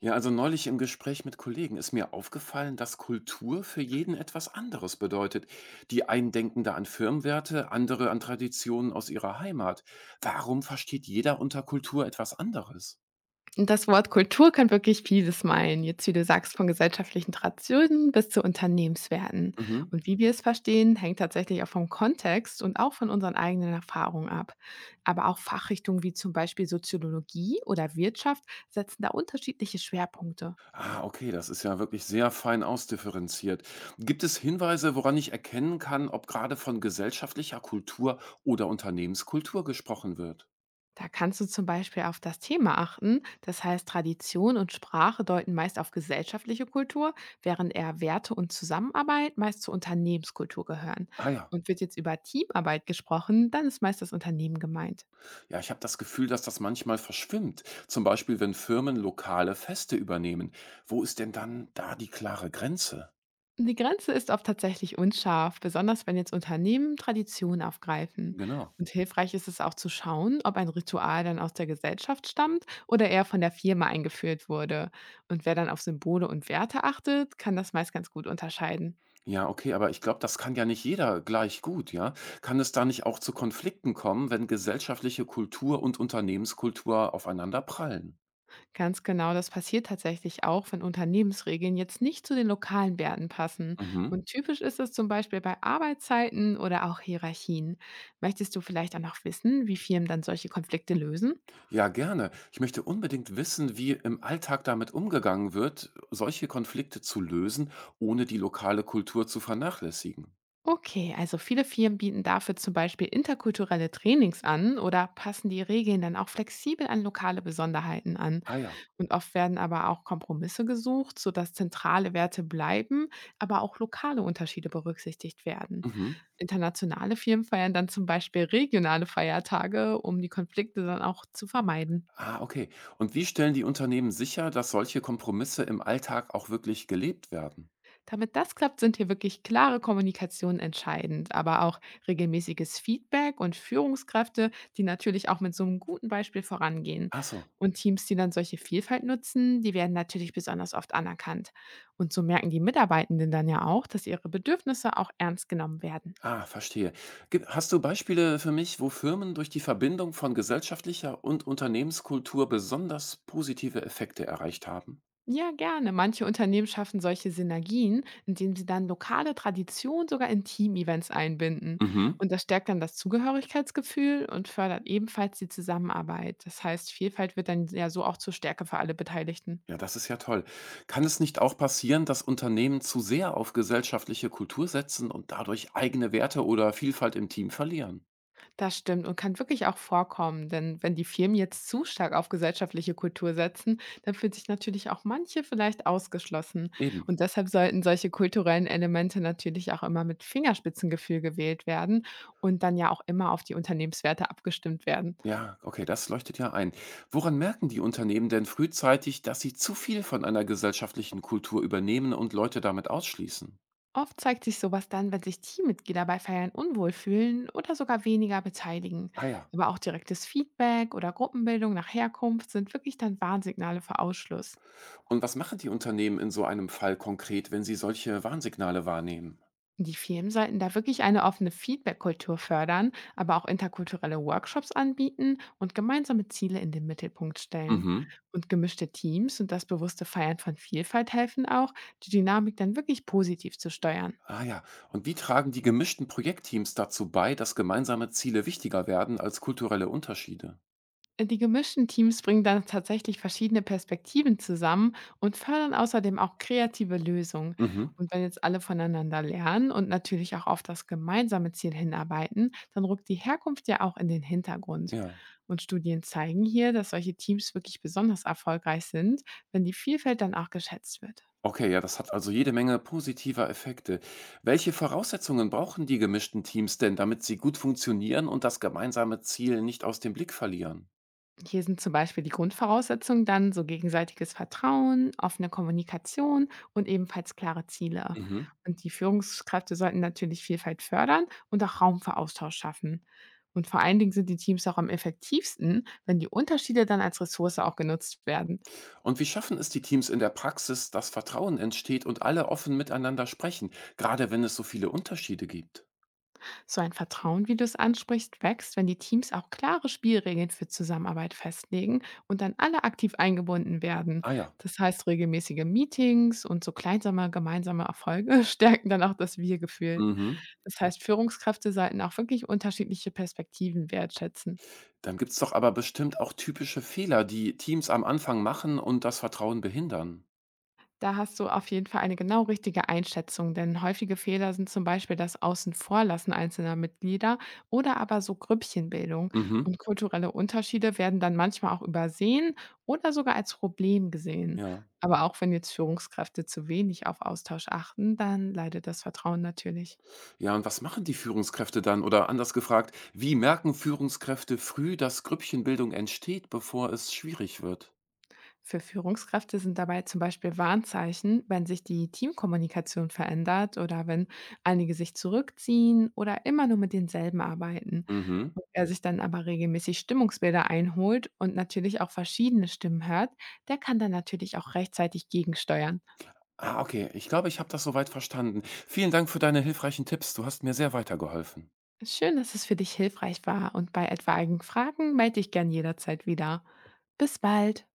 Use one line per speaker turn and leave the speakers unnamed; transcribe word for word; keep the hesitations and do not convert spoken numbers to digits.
Ja, also neulich im Gespräch mit Kollegen ist mir aufgefallen, dass Kultur für jeden etwas anderes bedeutet. Die einen denken da an Firmenwerte, andere an Traditionen aus ihrer Heimat. Warum versteht jeder unter Kultur etwas anderes?
Und das Wort Kultur kann wirklich vieles meinen. Jetzt, wie du sagst, von gesellschaftlichen Traditionen bis zu Unternehmenswerten.
Mhm.
Und wie wir es verstehen, hängt tatsächlich auch vom Kontext und auch von unseren eigenen Erfahrungen ab. Aber auch Fachrichtungen wie zum Beispiel Soziologie oder Wirtschaft setzen da unterschiedliche Schwerpunkte.
Ah, okay, das ist ja wirklich sehr fein ausdifferenziert. Gibt es Hinweise, woran ich erkennen kann, ob gerade von gesellschaftlicher Kultur oder Unternehmenskultur gesprochen wird?
Da kannst du zum Beispiel auf das Thema achten. Das heißt, Tradition und Sprache deuten meist auf gesellschaftliche Kultur, während eher Werte und Zusammenarbeit meist zur Unternehmenskultur gehören.
Ah ja.
Und wird jetzt über Teamarbeit gesprochen, dann ist meist das Unternehmen gemeint.
Ja, ich habe das Gefühl, dass das manchmal verschwimmt. Zum Beispiel, wenn Firmen lokale Feste übernehmen. Wo ist denn dann da die klare Grenze?
Die Grenze ist oft tatsächlich unscharf, besonders wenn jetzt Unternehmen Traditionen aufgreifen.
Genau.
Und hilfreich ist es auch zu schauen, ob ein Ritual dann aus der Gesellschaft stammt oder eher von der Firma eingeführt wurde. Und wer dann auf Symbole und Werte achtet, kann das meist ganz gut unterscheiden.
Ja, okay, aber ich glaube, das kann ja nicht jeder gleich gut, ja? Kann es da nicht auch zu Konflikten kommen, wenn gesellschaftliche Kultur und Unternehmenskultur aufeinander prallen?
Ganz genau, das passiert tatsächlich auch, wenn Unternehmensregeln jetzt nicht zu den lokalen Werten passen.
Mhm.
Und typisch ist es zum Beispiel bei Arbeitszeiten oder auch Hierarchien. Möchtest du vielleicht auch noch wissen, wie Firmen dann solche Konflikte lösen?
Ja, gerne. Ich möchte unbedingt wissen, wie im Alltag damit umgegangen wird, solche Konflikte zu lösen, ohne die lokale Kultur zu vernachlässigen.
Okay, also viele Firmen bieten dafür zum Beispiel interkulturelle Trainings an oder passen die Regeln dann auch flexibel an lokale Besonderheiten an.
Ah ja.
Und oft werden aber auch Kompromisse gesucht, sodass zentrale Werte bleiben, aber auch lokale Unterschiede berücksichtigt werden.
Mhm.
Internationale Firmen feiern dann zum Beispiel regionale Feiertage, um die Konflikte dann auch zu vermeiden.
Ah, okay. Und wie stellen die Unternehmen sicher, dass solche Kompromisse im Alltag auch wirklich gelebt werden?
Damit das klappt, sind hier wirklich klare Kommunikation entscheidend, aber auch regelmäßiges Feedback und Führungskräfte, die natürlich auch mit so einem guten Beispiel vorangehen.
Ach so.
Und Teams, die dann solche Vielfalt nutzen, die werden natürlich besonders oft anerkannt. Und so merken die Mitarbeitenden dann ja auch, dass ihre Bedürfnisse auch ernst genommen werden.
Ah, verstehe. Gib- Hast du Beispiele für mich, wo Firmen durch die Verbindung von gesellschaftlicher und Unternehmenskultur besonders positive Effekte erreicht haben?
Ja, gerne. Manche Unternehmen schaffen solche Synergien, indem sie dann lokale Traditionen sogar in Team-Events einbinden.
Mhm.
Und das stärkt dann das Zugehörigkeitsgefühl und fördert ebenfalls die Zusammenarbeit. Das heißt, Vielfalt wird dann ja so auch zur Stärke für alle Beteiligten.
Ja, das ist ja toll. Kann es nicht auch passieren, dass Unternehmen zu sehr auf gesellschaftliche Kultur setzen und dadurch eigene Werte oder Vielfalt im Team verlieren?
Das stimmt und kann wirklich auch vorkommen, denn wenn die Firmen jetzt zu stark auf gesellschaftliche Kultur setzen, dann fühlt sich natürlich auch manche vielleicht ausgeschlossen.
Eben.
Und deshalb sollten solche kulturellen Elemente natürlich auch immer mit Fingerspitzengefühl gewählt werden und dann ja auch immer auf die Unternehmenswerte abgestimmt werden.
Ja, okay, das leuchtet ja ein. Woran merken die Unternehmen denn frühzeitig, dass sie zu viel von einer gesellschaftlichen Kultur übernehmen und Leute damit ausschließen?
Oft zeigt sich sowas dann, wenn sich Teammitglieder bei Feiern unwohl fühlen oder sogar weniger beteiligen.
Ah ja.
Aber auch direktes Feedback oder Gruppenbildung nach Herkunft sind wirklich dann Warnsignale für Ausschluss.
Und was machen die Unternehmen in so einem Fall konkret, wenn sie solche Warnsignale wahrnehmen?
Die Firmen sollten da wirklich eine offene Feedback-Kultur fördern, aber auch interkulturelle Workshops anbieten und gemeinsame Ziele in den Mittelpunkt stellen.
Mhm.
Und gemischte Teams und das bewusste Feiern von Vielfalt helfen auch, die Dynamik dann wirklich positiv zu steuern.
Ah ja. Und wie tragen die gemischten Projektteams dazu bei, dass gemeinsame Ziele wichtiger werden als kulturelle Unterschiede?
Die gemischten Teams bringen dann tatsächlich verschiedene Perspektiven zusammen und fördern außerdem auch kreative Lösungen.
Mhm.
Und wenn jetzt alle voneinander lernen und natürlich auch auf das gemeinsame Ziel hinarbeiten, dann rückt die Herkunft ja auch in den Hintergrund.
Ja.
Und Studien zeigen hier, dass solche Teams wirklich besonders erfolgreich sind, wenn die Vielfalt dann auch geschätzt wird.
Okay, ja, das hat also jede Menge positiver Effekte. Welche Voraussetzungen brauchen die gemischten Teams denn, damit sie gut funktionieren und das gemeinsame Ziel nicht aus dem Blick verlieren?
Hier sind zum Beispiel die Grundvoraussetzungen dann so gegenseitiges Vertrauen, offene Kommunikation und ebenfalls klare Ziele.
Mhm.
Und die Führungskräfte sollten natürlich Vielfalt fördern und auch Raum für Austausch schaffen. Und vor allen Dingen sind die Teams auch am effektivsten, wenn die Unterschiede dann als Ressource auch genutzt werden.
Und wie schaffen es die Teams in der Praxis, dass Vertrauen entsteht und alle offen miteinander sprechen, gerade wenn es so viele Unterschiede gibt?
So ein Vertrauen, wie du es ansprichst, wächst, wenn die Teams auch klare Spielregeln für Zusammenarbeit festlegen und dann alle aktiv eingebunden werden.
Ah ja.
Das heißt, regelmäßige Meetings und so kleinsame gemeinsame Erfolge stärken dann auch das Wir-Gefühl.
Mhm.
Das heißt, Führungskräfte sollten auch wirklich unterschiedliche Perspektiven wertschätzen.
Dann gibt's doch aber bestimmt auch typische Fehler, die Teams am Anfang machen und das Vertrauen behindern.
Da hast du auf jeden Fall eine genau richtige Einschätzung, denn häufige Fehler sind zum Beispiel das Außenvorlassen einzelner Mitglieder oder aber so Grüppchenbildung.
Mhm.
Und kulturelle Unterschiede werden dann manchmal auch übersehen oder sogar als Problem gesehen.
Ja.
Aber auch wenn jetzt Führungskräfte zu wenig auf Austausch achten, dann leidet das Vertrauen natürlich.
Ja, und was machen die Führungskräfte dann? Oder anders gefragt, wie merken Führungskräfte früh, dass Grüppchenbildung entsteht, bevor es schwierig wird?
Für Führungskräfte sind dabei zum Beispiel Warnzeichen, wenn sich die Teamkommunikation verändert oder wenn einige sich zurückziehen oder immer nur mit denselben arbeiten.
Mhm.
Und wer sich dann aber regelmäßig Stimmungsbilder einholt und natürlich auch verschiedene Stimmen hört, der kann dann natürlich auch rechtzeitig gegensteuern.
Ah, okay. Ich glaube, ich habe das soweit verstanden. Vielen Dank für deine hilfreichen Tipps. Du hast mir sehr weitergeholfen.
Schön, dass es für dich hilfreich war und bei etwaigen Fragen melde dich gern jederzeit wieder. Bis bald!